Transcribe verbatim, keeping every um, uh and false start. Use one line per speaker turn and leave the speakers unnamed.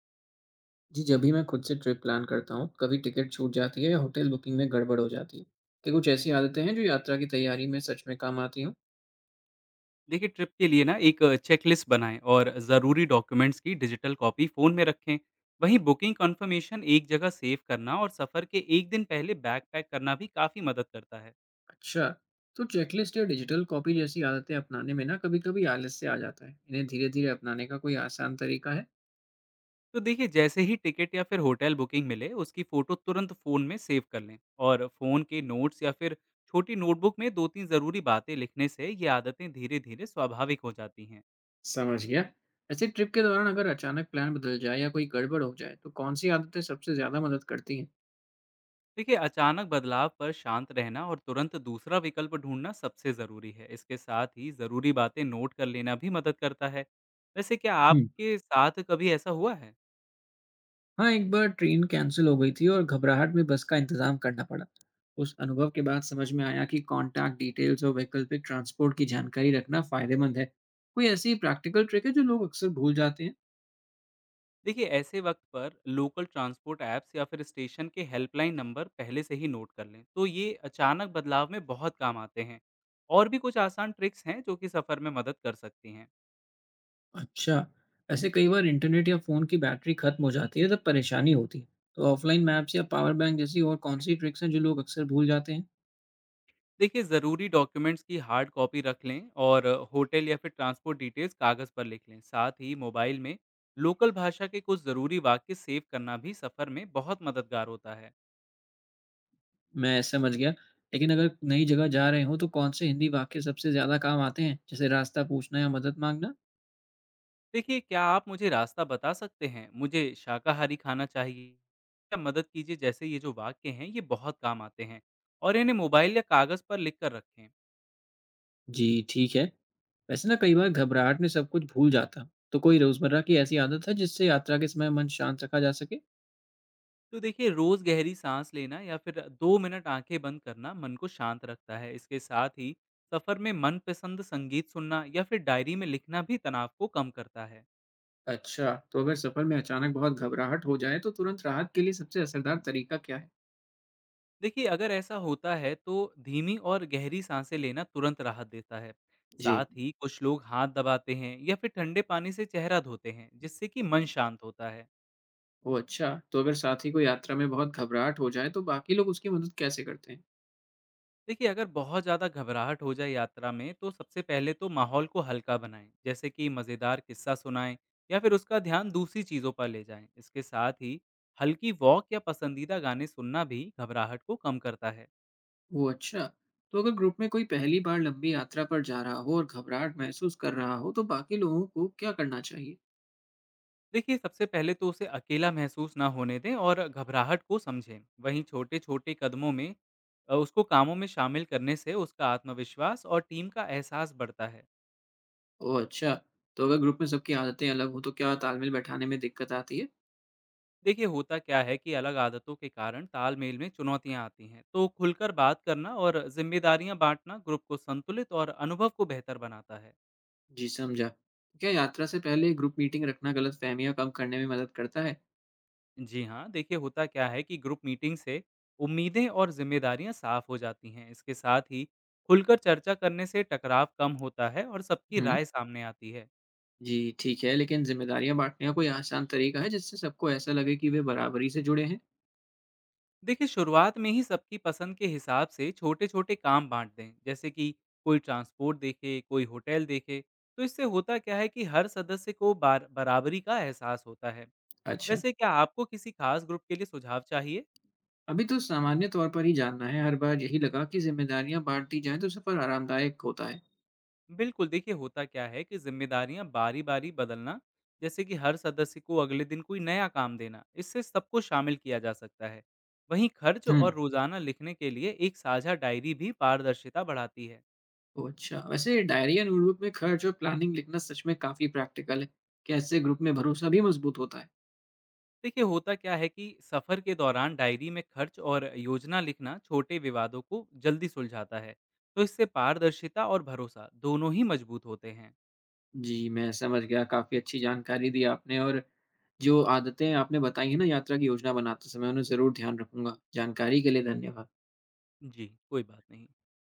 जी, जब भी मैं खुद से ट्रिप प्लान करता हूँ, कभी टिकट छूट जाती है या होटल बुकिंग में गड़बड़ हो जाती है। क्या कुछ ऐसी आदतें हैं जो यात्रा की तैयारी में सच में काम आती हों?
देखिए ट्रिप के लिए ना एक चेकलिस्ट बनाएं और ज़रूरी डॉक्यूमेंट्स की डिजिटल कॉपी फ़ोन में रखें। वहीं बुकिंग कंफर्मेशन एक जगह सेव करना और सफ़र के एक दिन पहले बैग पैक करना भी काफ़ी मदद करता है।
अच्छा, तो चेकलिस्ट या डिजिटल कॉपी जैसी आदतें अपनाने में ना कभी-कभी आलस्य आ जाता है। इन्हें धीरे-धीरे अपनाने का कोई आसान तरीका है?
तो देखिए जैसे ही टिकट या फिर होटल बुकिंग मिले उसकी फ़ोटो तुरंत फ़ोन में सेव कर लें। और फ़ोन के नोट्स या फिर छोटी नोटबुक में दो तीन ज़रूरी बातें लिखने से ये आदतें धीरे धीरे स्वाभाविक हो जाती हैं।
समझ गया। ऐसे ट्रिप के दौरान अगर अचानक प्लान बदल जाए या कोई गड़बड़ हो जाए, तो कौन सी आदतें सबसे ज़्यादा मदद करती हैं?
देखिए अचानक बदलाव पर शांत रहना और तुरंत दूसरा विकल्प ढूंढना सबसे ज़रूरी है। इसके साथ ही ज़रूरी बातें नोट कर लेना भी मदद करता है। वैसे क्या आपके साथ कभी ऐसा हुआ है?
हाँ, एक बार ट्रेन कैंसल हो गई थी और घबराहट में बस का इंतज़ाम करना पड़ा। उस अनुभव के बाद समझ में आया कि कॉन्टैक्ट डिटेल्स और वैकल्पिक ट्रांसपोर्ट की जानकारी रखना फ़ायदेमंद है। कोई ऐसी प्रैक्टिकल ट्रिक है जो लोग अक्सर भूल जाते हैं?
देखिए ऐसे वक्त पर लोकल ट्रांसपोर्ट ऐप्स या फिर स्टेशन के हेल्पलाइन नंबर पहले से ही नोट कर लें। तो ये अचानक बदलाव में बहुत काम आते हैं। और भी कुछ आसान ट्रिक्स हैं जो कि सफ़र में मदद कर सकती हैं।
अच्छा, ऐसे कई बार इंटरनेट या फ़ोन की बैटरी खत्म हो जाती है तब परेशानी होती है। तो ऑफलाइन मैप्स या पावर बैंक जैसी और कौन-सी ट्रिक्स हैं जो लोग अक्सर भूल जाते हैं?
देखिए ज़रूरी डॉक्यूमेंट्स की हार्ड कॉपी रख लें और होटल या फिर ट्रांसपोर्ट डिटेल्स कागज़ पर लिख लें। साथ ही मोबाइल में लोकल भाषा के कुछ ज़रूरी वाक्य सेव करना भी सफ़र में बहुत मददगार होता है।
मैं समझ गया। लेकिन अगर नई जगह जा रहे हों तो कौन से हिंदी वाक्य सबसे ज़्यादा काम आते हैं, जैसे रास्ता पूछना या मदद माँगना?
देखिए क्या आप मुझे रास्ता बता सकते हैं, मुझे शाकाहारी खाना चाहिए या मदद कीजिए, जैसे ये जो वाक्य हैं ये बहुत काम आते हैं। और इन्हें मोबाइल या कागज़ पर लिख कर रखें।
जी, ठीक है। वैसे ना कई बार घबराहट में सब कुछ भूल जाता तो कोई रोजमर्रा की ऐसी आदत है जिससे यात्रा के समय मन शांत रखा जा सके।
तो देखिए, रोज़ गहरी साँस लेना या फिर दो मिनट आँखें बंद करना मन को शांत रखता है। इसके साथ ही सफ़र में मनपसंद संगीत सुनना या फिर डायरी में लिखना भी तनाव को कम करता है।
अच्छा, तो अगर सफर में अचानक बहुत घबराहट हो जाए तो तुरंत राहत के लिए सबसे असरदार तरीका क्या है?
देखिए, अगर ऐसा होता है तो धीमी और गहरी साँसें लेना तुरंत राहत देता है। साथ
जी,
ही कुछ लोग हाथ दबाते हैं या फिर ठंडे पानी से चेहरा धोते हैं, जिससे कि मन शांत होता है।
वो अच्छा, तो अगर साथी को यात्रा में बहुत घबराहट हो जाए तो बाकी लोग उसकी मदद कैसे करते हैं?
देखिए, अगर बहुत ज़्यादा घबराहट हो जाए यात्रा में, तो सबसे पहले तो माहौल को हल्का बनाएँ, जैसे कि मज़ेदार किस्सा सुनाएँ या फिर उसका ध्यान दूसरी चीज़ों पर ले जाएँ। इसके साथ ही हल्की वॉक या पसंदीदा गाने सुनना भी घबराहट को कम करता है।
वो अच्छा, तो अगर ग्रुप में कोई पहली बार लंबी यात्रा पर जा रहा हो और घबराहट महसूस कर रहा हो तो बाकी लोगों को क्या करना चाहिए?
देखिए, सबसे पहले तो उसे अकेला महसूस ना होने दें और घबराहट को समझें। वहीं छोटे-छोटे कदमों में अ, उसको कामों में शामिल करने से उसका आत्मविश्वास और टीम का एहसास बढ़ता है।
वो अच्छा, तो अगर ग्रुप में सबकी आदतें अलग हो तो क्या तालमेल बैठाने में दिक्कत आती है?
देखिए होता क्या है कि अलग आदतों के कारण तालमेल में चुनौतियां आती हैं। तो खुलकर बात करना और जिम्मेदारियां बांटना ग्रुप को संतुलित और अनुभव को बेहतर बनाता है।
जी, समझा। क्या यात्रा से पहले ग्रुप मीटिंग रखना गलतफ़हमियाँ कम करने में मदद करता है?
जी हाँ, देखिए होता क्या है कि ग्रुप मीटिंग से उम्मीदें और जिम्मेदारियां साफ हो जाती हैं। इसके साथ ही खुलकर चर्चा करने से टकराव कम होता है और सबकी
हुँ।
राय सामने आती है।
जी, ठीक है। लेकिन ज़िम्मेदारियाँ बाँटने का कोई आसान तरीका है जिससे सबको ऐसा लगे कि वे बराबरी से जुड़े हैं?
देखिए शुरुआत में ही सबकी पसंद के हिसाब से छोटे छोटे काम बांट दें, जैसे कि कोई ट्रांसपोर्ट देखे कोई होटल देखे। तो इससे होता क्या है कि हर सदस्य को बार बराबरी का एहसास होता है।
अच्छा।
वैसे क्या आपको किसी खास ग्रुप के लिए सुझाव चाहिए?
अभी तो सामान्य तौर पर ही जानना है। हर बार यही लगा कि ज़िम्मेदारियाँ बाँट दी जाएँ तो सफ़र आरामदायक होता है।
बिल्कुल, देखिए होता क्या है कि जिम्मेदारियां बारी बारी बदलना, जैसे कि हर सदस्य को अगले दिन कोई नया काम देना, इससे सबको शामिल किया जा सकता है। वहीं खर्च
हुँ।
और रोजाना लिखने के लिए एक साझा डायरी भी पारदर्शिता बढ़ाती है।
ओह, अच्छा। वैसे डायरी या नोटबुक में खर्च और प्लानिंग लिखना सच में काफ़ी प्रैक्टिकल है। क्या इससे ग्रुप में भरोसा भी मज़बूत होता है?
देखिए होता क्या है कि सफर के दौरान डायरी में खर्च और योजना लिखना छोटे विवादों को जल्दी सुलझाता है। तो इससे पारदर्शिता और भरोसा दोनों ही मजबूत होते हैं।
जी, मैं समझ गया, काफ़ी अच्छी जानकारी दी आपने और जो आदतें आपने बताई हैं ना यात्रा की योजना बनाते समय, उन्हें ज़रूर ध्यान रखूँगा। जानकारी के लिए धन्यवाद।
जी कोई बात नहीं।